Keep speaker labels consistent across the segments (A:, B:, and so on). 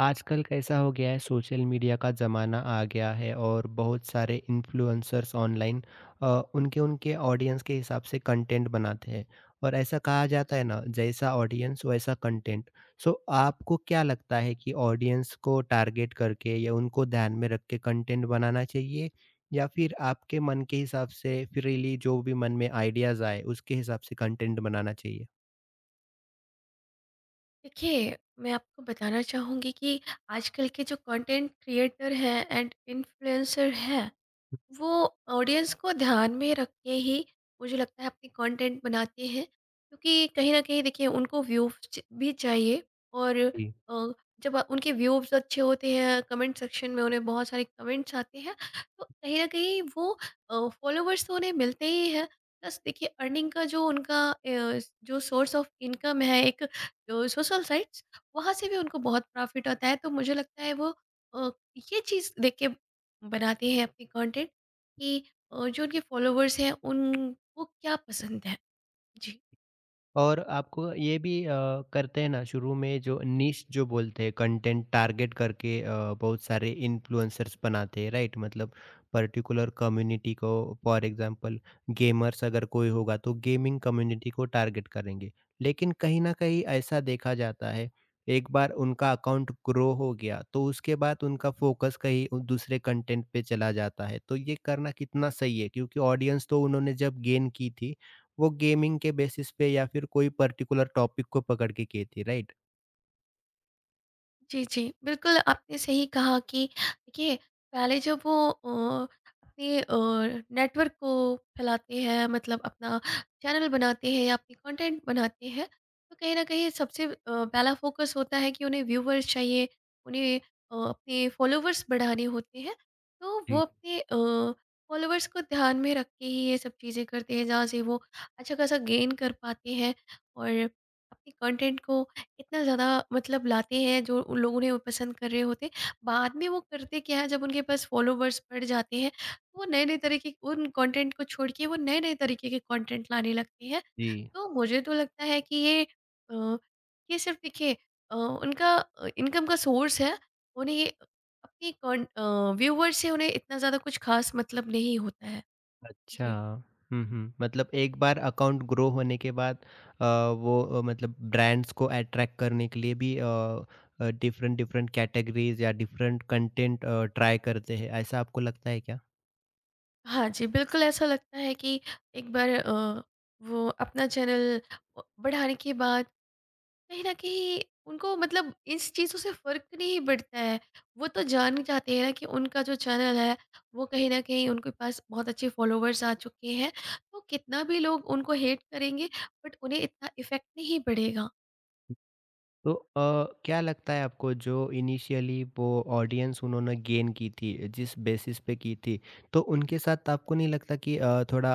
A: आजकल कैसा हो गया है? सोशल मीडिया का ज़माना आ गया है और बहुत सारे इन्फ्लुएंसर्स ऑनलाइन अ, उनके उनके ऑडियंस के हिसाब से कंटेंट बनाते हैं। और ऐसा कहा जाता है ना, जैसा ऑडियंस वैसा कंटेंट। सो आपको क्या लगता है कि ऑडियंस को टारगेट करके या उनको ध्यान में रख के कंटेंट बनाना चाहिए, या फिर आपके मन के हिसाब से फ्रीली जो भी मन में आइडियाज़ आए उसके हिसाब से कंटेंट बनाना चाहिए?
B: देखिए, मैं आपको बताना चाहूँगी कि आजकल के जो कंटेंट क्रिएटर हैं एंड इन्फ्लुएंसर हैं, वो ऑडियंस को ध्यान में रख के ही मुझे लगता है अपने कंटेंट बनाते हैं, क्योंकि कहीं न कहीं देखिए उनको व्यूज़ भी चाहिए। और
A: जी।
B: अ, जब उनके व्यूज़ अच्छे होते हैं, कमेंट सेक्शन में उन्हें बहुत सारे कमेंट्स आते हैं, तो कहीं न कहीं वो फॉलोवर्स तो उन्हें मिलते ही हैं। प्लस देखिए अर्निंग का जो उनका जो सोर्स ऑफ इनकम है, एक सोशल साइट्स, वहाँ से भी उनको बहुत प्रॉफ़िट होता है। तो मुझे लगता है वो अ, ये चीज़ देख के बनाते हैं अपनी कंटेंट कि जो उनके फॉलोवर्स हैं उनको क्या पसंद है? जी।
A: और आपको ये भी करते हैं ना, शुरू में जो निश जो बोलते हैं, कंटेंट टारगेट करके बहुत सारे इन्फ्लुएंसर्स बनाते हैं, राइट? मतलब पर्टिकुलर कम्युनिटी को, फॉर एग्जांपल गेमर्स अगर कोई होगा तो गेमिंग कम्युनिटी को टारगेट करेंगे। लेकिन कहीं ना कहीं ऐसा देखा जाता है, एक बार उनका अकाउंट ग्रो हो गया तो उसके बाद उनका फोकस कहीं दूसरे कंटेंट पे चला जाता है। तो ये करना कितना सही है? क्योंकि ऑडियंस तो उन्होंने जब गेन की थी, वो गेमिंग के बेसिस पे या फिर कोई पर्टिकुलर टॉपिक को पकड़ के की थी, राइट?
B: जी, जी। बिल्कुल, आपने सही कहा कि देखिए, पहले जब वो अपने नेटवर्क को फैलाते हैं, मतलब अपना चैनल बनाते हैं या अपनी कंटेंट बनाते हैं, तो कहीं न कहीं सबसे पहला फ़ोकस होता है कि उन्हें व्यूवर्स चाहिए, उन्हें अपने फ़ॉलोवर्स बढ़ाने होते हैं। तो वो
A: जी,
B: अपने फ़ॉलोवर्स को ध्यान में रख के ही ये सब चीज़ें करते हैं, जहाँ से वो अच्छा-खासा गेन कर पाते हैं और अपने कंटेंट को इतना ज़्यादा मतलब लाते हैं जो उन लोग उन्हें पसंद कर रहे होते हैं। बाद में वो करते क्या है, जब उनके पास फॉलोवर्स बढ़ जाते हैं, तो वो नए-नए तरीके उन कंटेंट को छोड़ के वो नए-नए तरीके के कंटेंट लाने लगते हैं।
A: जी।
B: तो मुझे तो लगता है कि अ, ये सिर्फ़ देखिए उनका इनकम का सोर्स है। उन्हें ये अपनी व्यूअर्स से उन्हें इतना ज़्यादा कुछ ख़ास मतलब नहीं होता है।
A: अच्छा।
B: जी।
A: हुँ, हुँ। मतलब एक बार अकाउंट ग्रो होने के बाद वो मतलब ब्रांड्स को अट्रैक्ट करने के लिए भी डिफरेंट-डिफरेंट कैटेगरीज़ या डिफरेंट कंटेंट ट्राई करते हैं, ऐसा आपको लगता है क्या?
B: हाँ जी, बिल्कुल ऐसा लगता है कि एक बार वो अपना चैनल बढ़ाने के बाद कहीं न कहीं उनको मतलब इस चीज़ों से फ़र्क नहीं पड़ता है। वो तो जान जाते हैं ना कि उनका जो चैनल है, वो कहीं न कहीं उनके पास बहुत अच्छे फ़ॉलोवर्स आ चुके हैं, तो कितना भी लोग उनको हेट करेंगे, बट उन्हें इतना इफ़ेक्ट नहीं पड़ेगा।
A: तो क्या लगता है आपको, जो इनिशियली वो ऑडियंस उन्होंने गेन की थी जिस बेसिस पे की थी, तो उनके साथ आपको नहीं लगता कि थोड़ा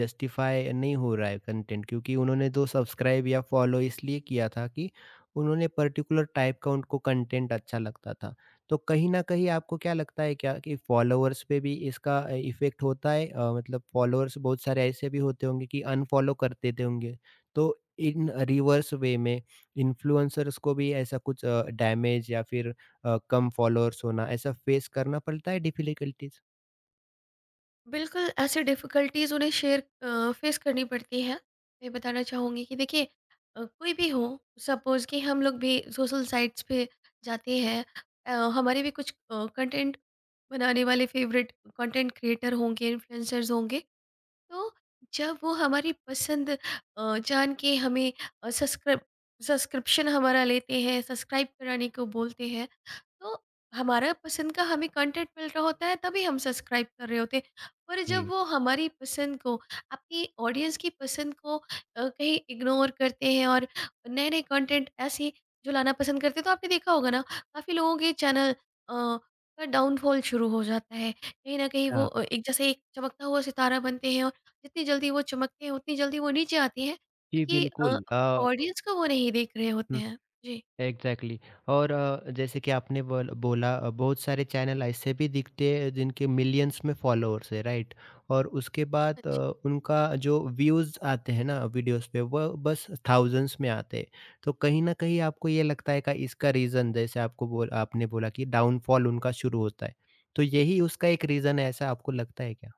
A: जस्टिफाई नहीं हो रहा है कंटेंट? क्योंकि उन्होंने तो सब्सक्राइब या फॉलो इसलिए किया था कि उन्होंने पर्टिकुलर टाइप का उनको कंटेंट अच्छा लगता था। तो कहीं ना कहीं आपको क्या लगता है क्या कि फॉलोअर्स पे भी इसका इफेक्ट होता है? मतलब फॉलोअर्स बहुत सारे ऐसे भी होते होंगे कि अनफॉलो करते थे होंगे। तो इन रिवर्स वे में इन्फ्लुएंसर्स को भी ऐसा कुछ डैमेज या फिर कम फॉलोअर्स होना, ऐसा फेस करना पड़ता है डिफिकल्टीज?
B: बिल्कुल, ऐसी डिफ़िकल्टीज़ उन्हें फ़ेस करनी पड़ती है। मैं बताना चाहूँगी कि देखिए कोई भी हो, सपोज़ कि हम लोग भी सोशल साइट्स पे जाते हैं, हमारे भी कुछ कंटेंट बनाने वाले फ़ेवरेट कंटेंट क्रिएटर होंगे, इन्फ्लुएंसर्स होंगे। तो जब वो हमारी पसंद जान के हमें सब्सक्राइब सब्सक्रिप्शन हमारा लेते हैं, सब्सक्राइब कराने को बोलते हैं। तो हमारा पसंद का हमें कंटेंट मिल रहा होता है, तभी हम सब्सक्राइब कर रहे होते हैं। पर जब
A: जी।
B: वो हमारी पसंद को अपनी ऑडियंस की पसंद को कहीं इग्नोर करते हैं और नए नए कंटेंट ऐसे जो लाना पसंद करते हैं, तो आपने देखा होगा ना काफ़ी लोगों के चैनल का डाउनफॉल शुरू हो जाता है। कहीं ना कहीं वो
A: हाँ,
B: एक जैसे एक चमकता हुआ सितारा बनते हैं और जितनी जल्दी वो चमकते हैं उतनी जल्दी वो नीचे आती हैं,
A: जी,
B: क्योंकि
A: बिल्कुल।
B: ऑडियंस को वो नहीं देख रहे होते
A: हुँ।
B: हैं। जी।
A: Exactly exactly। और जैसे कि आपने बोला, बहुत सारे चैनल ऐसे भी दिखते हैं जिनके मिलियंस में फॉलोअर्स है, राइट? और उसके बाद
B: हाँ जी।
A: उनका जो व्यूज़ आते हैं ना वीडियोस पे, वो बस थाउजेंड्स में आते हैं। तो कहीं ना कहीं आपको ये लगता है का इसका रीज़न, जैसे आपको बोल आपने बोला कि डाउनफॉल उनका शुरू होता है, तो यही उसका एक रीज़न है, ऐसा आपको लगता है क्या?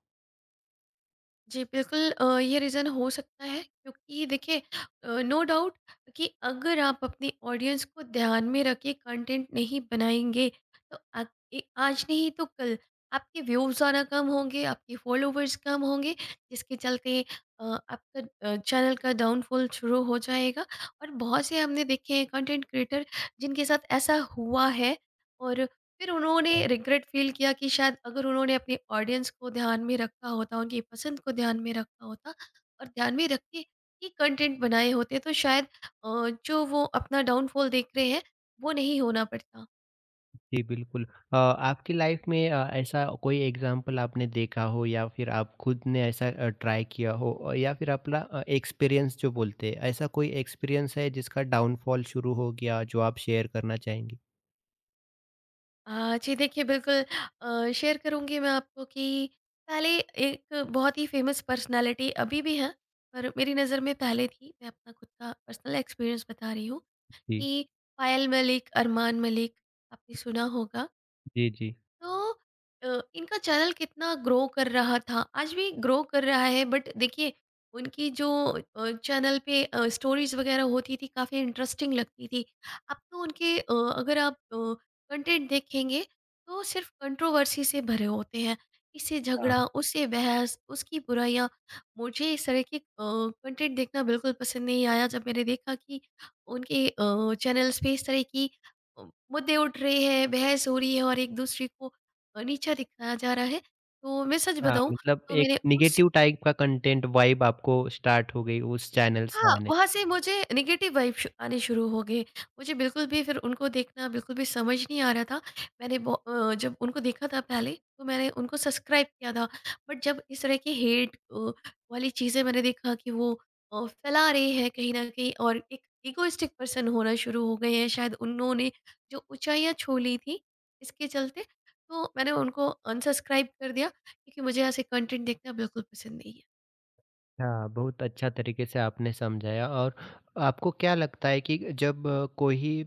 B: जी, बिल्कुल, ये रीज़न हो सकता है, क्योंकि देखिए नो डाउट कि अगर आप अपनी ऑडियंस को ध्यान में रख के कंटेंट नहीं बनाएँगे, तो आ ए आज नहीं तो कल आपके व्यूज़ आना कम होंगे, आपके फॉलोवर्स कम होंगे, जिसके चलते आपका चैनल का डाउनफॉल शुरू हो जाएगा। और बहुत से हमने देखे हैं कंटेंट क्रिएटर जिनके साथ ऐसा हुआ है, और फिर उन्होंने रिग्रेट फील किया कि शायद अगर उन्होंने अपने ऑडियंस को ध्यान में रखा होता, उनकी पसंद को ध्यान में रखा होता और ध्यान में रख के ही कंटेंट बनाए होते, तो शायद जो वो अपना डाउनफॉल देख रहे हैं वो नहीं होना पड़ता।
A: जी, बिल्कुल। आपकी लाइफ़ में ऐसा कोई एग्ज़ाम्पल आपने देखा हो, या फिर आप खुद ने ऐसा ट्राई किया हो, और या फिर अपना एक्सपीरियंस जो बोलते हैं, ऐसा कोई एक्सपीरियंस है जिसका डाउनफॉल शुरू हो गया जो आप शेयर करना चाहेंगी?
B: जी, देखिए बिल्कुल शेयर करूँगी मैं आपको कि पहले एक बहुत ही फेमस पर्सनालिटी अभी भी है, पर मेरी नज़र में पहले थी। मैं अपना खुद का पर्सनल एक्सपीरियंस बता रही हूँ
A: जी।
B: कि पायल मलिक, अरमान मलिक, आपने सुना होगा।
A: जी, जी।
B: तो इनका चैनल कितना ग्रो कर रहा था, आज भी ग्रो कर रहा है, बट देखिए उनकी जो चैनल पे स्टोरीज वगैरह होती थी, काफ़ी इंटरेस्टिंग लगती थी। अब तो उनके अगर आप कंटेंट देखेंगे तो सिर्फ कंट्रोवर्सी से भरे होते हैं, इससे
A: हाँ,
B: झगड़ा, उससे बहस, उसकी बुराइयाँ। मुझे इस तरह के कंटेंट देखना बिल्कुल पसंद नहीं आया, जब मैंने देखा कि उनके चैनल्स पे इस तरह की अ, मुद्दे उठ रहे हैं, बहस हो रही है और एक दूसरे को नीचा दिखाया जा रहा है। तो मैं सच
A: अच्छा,
B: बताऊँ
A: मतलब
B: तो
A: एक
B: मैंने उस
A: नेगेटिव टाइप का कंटेंट वाइब आपको स्टार्ट हो गई उस चैनल से
B: हाँ,
A: आने।
B: वहाँ से मुझे नेगेटिव वाइब्स आने शुरू हो गए। मुझे बिल्कुल भी फिर उनको देखना बिल्कुल भी समझ नहीं आ रहा था। जब उनको देखा था पहले, तो मैंने उनको सब्सक्राइब किया था। बट जब इस तरह की वाली चीज़ें मैंने देखा कि वो फैला रहे हैं कहीं न कहीं और एक इगोइस्टिक पर्सन होना शुरू हो गए हैं। शायद उन्होंने जो ऊँचाइयाँ छू ली थी, इसके चलते, तो मैंने उनको अनसब्सक्राइब कर दिया, क्योंकि मुझे ऐसे कंटेंट देखना बिल्कुल पसंद नहीं है।
A: हाँ, बहुत अच्छा तरीके से आपने समझाया। और आपको क्या लगता है कि जब कोई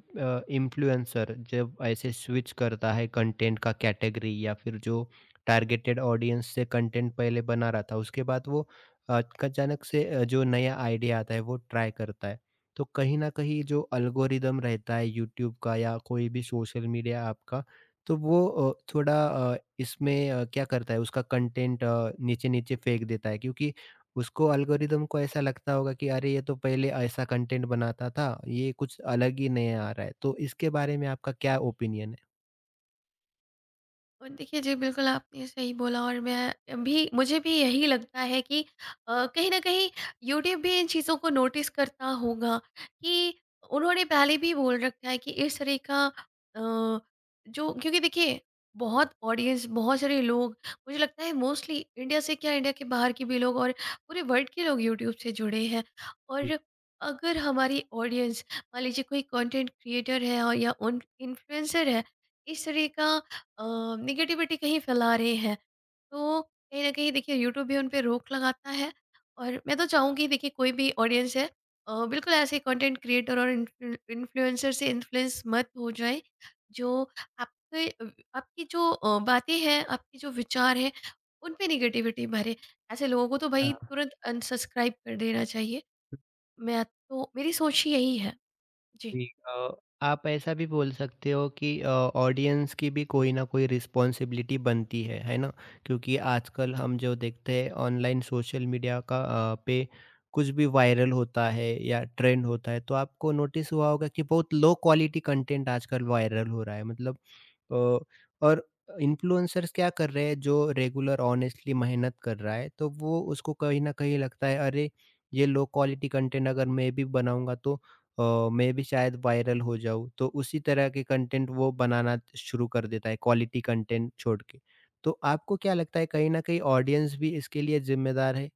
A: इन्फ्लुएंसर जब ऐसे स्विच करता है कंटेंट का कैटेगरी, या फिर जो टारगेटेड ऑडियंस से कंटेंट पहले बना रहा था उसके बाद वो अचानक से जो नया आइडिया आता है वो ट्राई करता है, तो कहीं ना कहीं जो अल्गोरिदम रहता है यूट्यूब का या कोई भी सोशल मीडिया आपका, तो वो थोड़ा इसमें क्या करता है, उसका कंटेंट नीचे नीचे फेंक देता है। क्योंकि उसको एल्गोरिदम को ऐसा लगता होगा कि अरे, ये तो पहले ऐसा कंटेंट बनाता था, ये कुछ अलग ही नया आ रहा है। तो इसके बारे में आपका क्या ओपिनियन है?
B: और देखिए जी, बिल्कुल आपने सही बोला और मैं भी, मुझे भी यही लगता है कि कहीं न कहीं यूट्यूब भी इन चीज़ों को नोटिस करता होगा कि उन्होंने पहले भी बोल रखा है कि इस तरह का जो, क्योंकि देखिए बहुत ऑडियंस, बहुत सारे लोग, मुझे लगता है मोस्टली इंडिया से क्या, इंडिया के बाहर के भी लोग और पूरे वर्ल्ड के लोग यूट्यूब से जुड़े हैं। और
A: जी,
B: अगर हमारी ऑडियंस, मान लीजिए, कोई कंटेंट क्रिएटर है और या उन इन्फ्लुएंसर है, इस तरह का निगेटिविटी कहीं फैला रहे हैं, तो कहीं ना कहीं देखिए यूट्यूब भी उन पे रोक लगाता है। और मैं तो चाहूँगी, देखिए कोई भी ऑडियंस है, बिल्कुल ऐसे कंटेंट क्रिएटर और इन्फ्लुएंसर से इन्फ्लुएंस मत हो जाए, जो आपके, आपकी जो बातें हैं, आपके जो विचार हैं, उन पे निगेटिविटी भरे, ऐसे लोगों को तो भाई
A: हाँ,
B: तुरंत अनसब्सक्राइब कर देना चाहिए। मैं तो, मेरी सोच ही यही है। जी।
A: जी। आप ऐसा भी बोल सकते हो कि ऑडियंस की भी कोई ना कोई रिस्पॉन्सिबिलिटी बनती है ना? क्योंकि आजकल हम जो देखते हैं ऑनलाइन सोशल मीडिया का पे कुछ भी वायरल होता है या ट्रेंड होता है, तो आपको नोटिस हुआ होगा कि बहुत लो क्वालिटी कंटेंट आजकल वायरल हो रहा है। मतलब अ, और इन्फ्लुएंसर्स क्या कर रहे हैं? जो रेगुलर ऑनेस्टली मेहनत कर रहा है, तो वो उसको कहीं न कहीं लगता है, अरे! ये लो क्वालिटी कंटेंट अगर मैं भी बनाऊँगा तो मैं भी शायद वायरल हो जाऊँ। तो उसी तरह के कंटेंट वो बनाना शुरू कर देता है क्वालिटी कंटेंट छोड़ के। तो आपको क्या लगता है, कहीं न कहीं ऑडियंस भी इसके लिए ज़िम्मेदार है?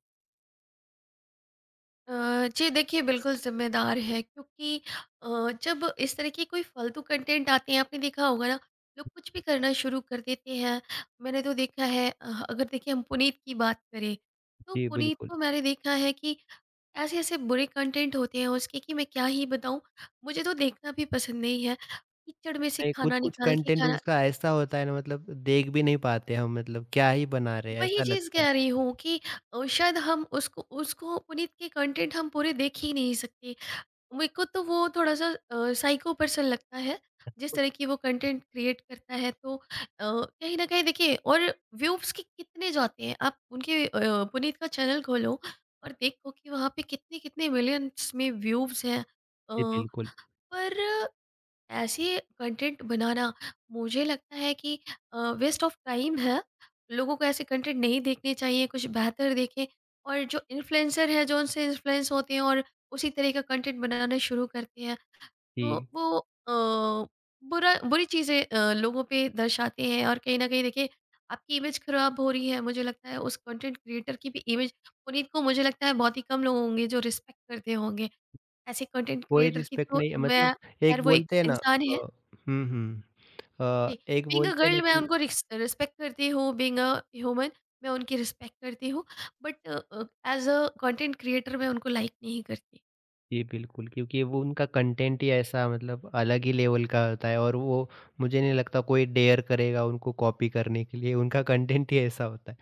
B: जी, देखिए बिल्कुल ज़िम्मेदार है, क्योंकि अ, जब इस तरह के कोई फ़ालतू कंटेंट आते हैं आपने देखा होगा ना, लोग कुछ भी करना शुरू कर देते हैं। मैंने तो देखा है, अगर देखिए हम पुनीत की बात करें, तो
A: जी,
B: पुनीत
A: बिल्कुल।
B: को मैंने देखा है कि ऐसे-ऐसे बुरे कंटेंट होते हैं उसके कि मैं क्या ही बताऊँ, मुझे तो देखना भी पसंद नहीं है। कीचड़ में से
A: नहीं,
B: खाना
A: कुछ-कुछ
B: निकाल के
A: कंटेंट
B: खाना,
A: उसका ऐसा होता है ना, मतलब देख भी नहीं पाते हम, मतलब क्या ही बना रहे हैं
B: वही
A: ऐसा
B: चीज़
A: लगता है।
B: कह रही हूँ कि शायद हम उसको उसको पुनीत के कंटेंट हम पूरे देख ही नहीं सकते। मेरे को तो वो थोड़ा-सा साइको पर्सन लगता है, जिस तरह की वो कंटेंट क्रिएट करता है, तो कहीं न कहीं देखिए, और व्यू उसके कितने जाते हैं, आप उनके पुनीत का चैनल खोलो और देखो कि वहाँ पे कितने-कितने मिलियंस में व्यूज़ हैं।
A: जी, बिल्कुल।
B: पर ऐसे कंटेंट बनाना, मुझे लगता है कि वेस्ट ऑफ टाइम है। लोगों को ऐसे कंटेंट नहीं देखने चाहिए, कुछ बेहतर देखें। और जो इन्फ्लुएंसर है जो उनसे इन्फ्लुएंस होते हैं और उसी तरह का कंटेंट बनाना शुरू करते हैं, तो
A: जी।
B: वो बुरा बुरी चीज़ें लोगों पे दर्शाते हैं, और कहीं ना कहीं देखिए आपकी इमेज खराब हो रही है। मुझे लगता है उस कंटेंट क्रिएटर की भी इमेज, पुनीत को मुझे लगता है बहुत ही कम लोग होंगे जो रिस्पेक्ट करते होंगे, ऐसे कंटेंट
A: कोई
B: क्रिएटर की।
A: रिस्पेक्ट
B: तो
A: नहीं है, मतलब
B: मैं, खैर
A: एक
B: वो एक
A: बोलते हैं ना
B: इंसान है।
A: हुँ, हुँ।
B: जी,
A: एक
B: बीइंग अ
A: बोलते हैं ना
B: गर्ल मैं
A: कि
B: उनको रिस्पेक्ट करती हूँ, बीइंग अ ह्यूमन मैं उनकी रिस्पेक्ट करती हूँ, but as a content creator मैं उनको लाइक नहीं करती।
A: जी, बिल्कुल, क्योंकि वो उनका कंटेंट ही ऐसा, मतलब अलग ही लेवल का होता है, और वो, मुझे नहीं लगता कोई डेयर करेगा उनको कॉपी करने के लिए, उनका कंटेंट ही ऐसा होता है।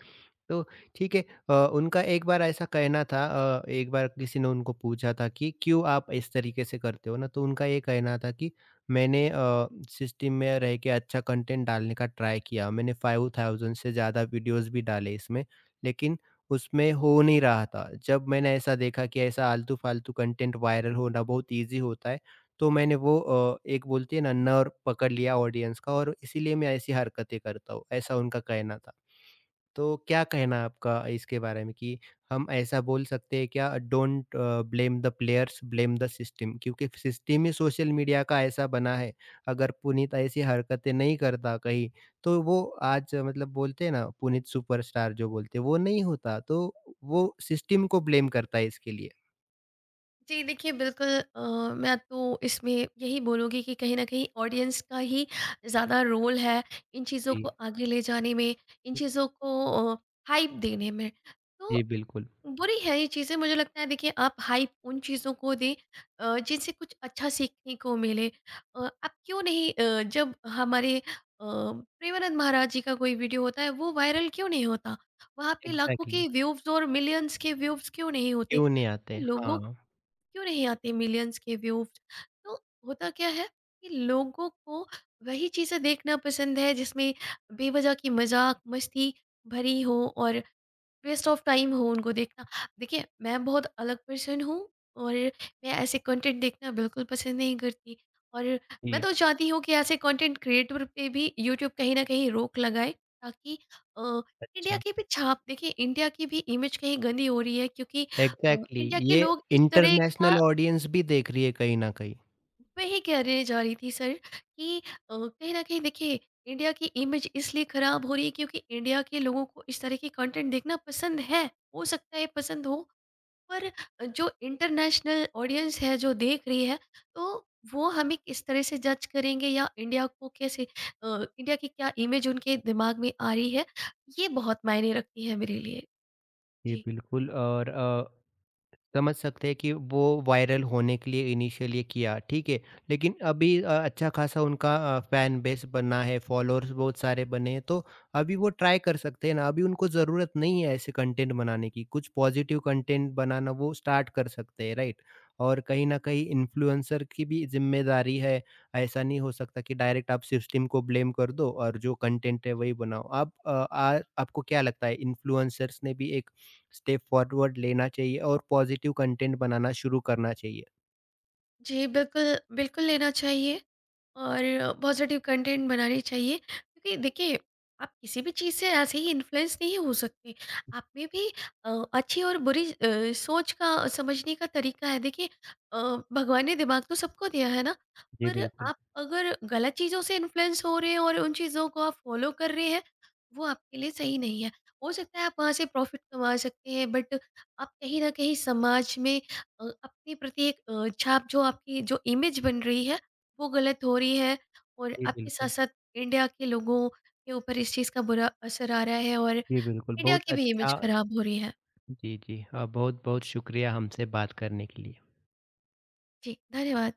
A: तो ठीक है। उनका एक बार ऐसा कहना था, एक बार किसी ने उनको पूछा था कि क्यों आप इस तरीके से करते हो ना, तो उनका ये कहना था कि मैंने सिस्टम में रह के अच्छा कंटेंट डालने का ट्राई किया, मैंने 5,000 से ज़्यादा वीडियोस भी डाले इसमें, लेकिन उसमें हो नहीं रहा था। जब मैंने ऐसा देखा कि ऐसा आलतू फालतू कंटेंट वायरल होना बहुत ईजी होता है, तो मैंने वो एक बोलती है ना नर्व पकड़ लिया ऑडियंस का, और इसीलिए मैं ऐसी हरकतें करता हूँ, ऐसा उनका कहना था। तो क्या कहना है आपका इसके बारे में कि हम ऐसा बोल सकते हैं क्या, don't blame the players blame the system, क्योंकि सिस्टम ही सोशल मीडिया का ऐसा बना है। अगर पुनीत ऐसी हरकतें नहीं करता कहीं, तो वो आज मतलब बोलते हैं ना पुनीत सुपरस्टार जो बोलते हैं, वो नहीं होता। तो वो सिस्टम को ब्लेम करता है इसके लिए।
B: जी, देखिए बिल्कुल, अ, मैं तो इसमें यही बोलूँगी कि कहीं न कहीं ऑडियंस का ही ज़्यादा रोल है इन चीज़ों को
A: जी,
B: आगे ले जाने में, इन चीज़ों को हाइप देने में। तो
A: जी, बिल्कुल।
B: बुरी है ये चीज़ें, मुझे लगता है देखिए आप हाइप उन चीज़ों को दें जिनसे कुछ अच्छा सीखने को मिले। आप क्यों नहीं, जब हमारे प्रेमानंद महाराज जी का कोई वीडियो होता है वो वायरल क्यों नहीं होता, वहाँ पे लाखों
A: एग्जैक्टली exactly।
B: के व्यूव्स और मिलियंस के व्यूव्स क्यों नहीं होते?
A: क्यों नहीं आते,
B: लोगों,
A: हाँ।
B: क्यों नहीं आते मिलियंस के व्यूव्स? तो होता क्या है कि लोगों को वही चीज़ें देखना पसंद है जिसमें बेवजह की मजाक मस्ती भरी हो और वेस्ट ऑफ टाइम हो उनको देखना। देखिए, मैं बहुत अलग पर्सन हूँ और मैं ऐसे कंटेंट देखना बिल्कुल पसंद नहीं करती। और मैं
A: जी।
B: तो चाहती हूँ कि ऐसे कंटेंट क्रिएटर पे भी यूट्यूब कहीं न कहीं रोक लगाए, ताकि अ, इंडिया
A: अच्छा।
B: की भी छाप, देखिए इंडिया की भी इमेज कहीं गंदी हो रही है क्योंकि अ,
A: एग्जैक्टली
B: इंडिया
A: exactly।
B: के
A: ये
B: लोग इस तरह का,
A: इंटरनेशनल ऑडियंस भी देख रही है कहीं ना कहीं।
B: मैं ही कहने जा रही थी सर कि कहीं न कहीं देखिए इंडिया की इमेज इसलिए खराब हो रही है क्योंकि इंडिया के लोगों को इस तरह के कंटेंट देखना पसंद है। हो सकता है पसंद हो, पर जो इंटरनेशनल ऑडियंस है जो देख रही है, तो वो हमें किस तरह से जज करेंगे या इंडिया को कैसे, अ, इंडिया की क्या इमेज उनके दिमाग में आ रही है, ये बहुत मायने रखती है मेरे लिए।
A: जी,
B: जी।
A: बिल्कुल। और समझ सकते हैं कि वो वायरल होने के लिए इनिशियली किया, ठीक है। लेकिन अभी अच्छा खासा उनका फैन बेस बना है, फॉलोअर्स बहुत सारे बने हैं, तो अभी वो ट्राई कर सकते हैं ना। अभी उनको ज़रूरत नहीं है ऐसे कंटेंट बनाने की, कुछ पॉजिटिव कंटेंट बनाना वो स्टार्ट कर सकते हैं, राइट? और कहीं न कहीं इन्फ्लुएंसर की भी ज़िम्मेदारी है, ऐसा नहीं हो सकता कि डायरेक्ट आप सिस्टम को ब्लेम कर दो और जो कंटेंट है वही बनाओ। आप अ, आ आपको क्या लगता है, इन्फ्लुएंसर्स ने भी एक स्टेप फॉरवर्ड लेना चाहिए और पॉजिटिव कंटेंट बनाना शुरू करना चाहिए।
B: जी, बिल्कुल, बिल्कुल लेना चाहिए। और पॉजिटिव कंटेंट बनानी चाहिए, क्योंकि देखिए आप किसी भी चीज़ से ऐसे ही इन्फ्लुएंस नहीं हो सकते, आप में भी अच्छी और बुरी सोच का, समझने का तरीका है। देखिए, अ, भगवान ने दिमाग तो सबको दिया है ना,
A: जी,
B: पर
A: बिल्कुल।
B: आप अगर गलत चीज़ों से इन्फ्लुएंस हो रहे हैं और उन चीज़ों को आप फॉलो कर रहे हैं, वो आपके लिए सही नहीं है। हो सकता है आप वहाँ से प्रॉफिट कमा सकते हैं, बट आप कहीं ना कहीं समाज में अपने प्रति एक छाप, जो आपकी जो इमेज बन रही है, वो गलत हो रही है। और
A: जी,
B: आपके साथ
A: बिल्कुल।
B: साथ इंडिया के लोगों के ऊपर इस चीज़ का बुरा असर आ रहा है और
A: जी, बिल्कुल।
B: इंडिया
A: बहुत
B: की भी इमेज
A: अच्छा।
B: खराब हो रही है।
A: जी, जी। बहुत-बहुत शुक्रिया हमसे बात करने के लिए।
B: जी, धन्यवाद।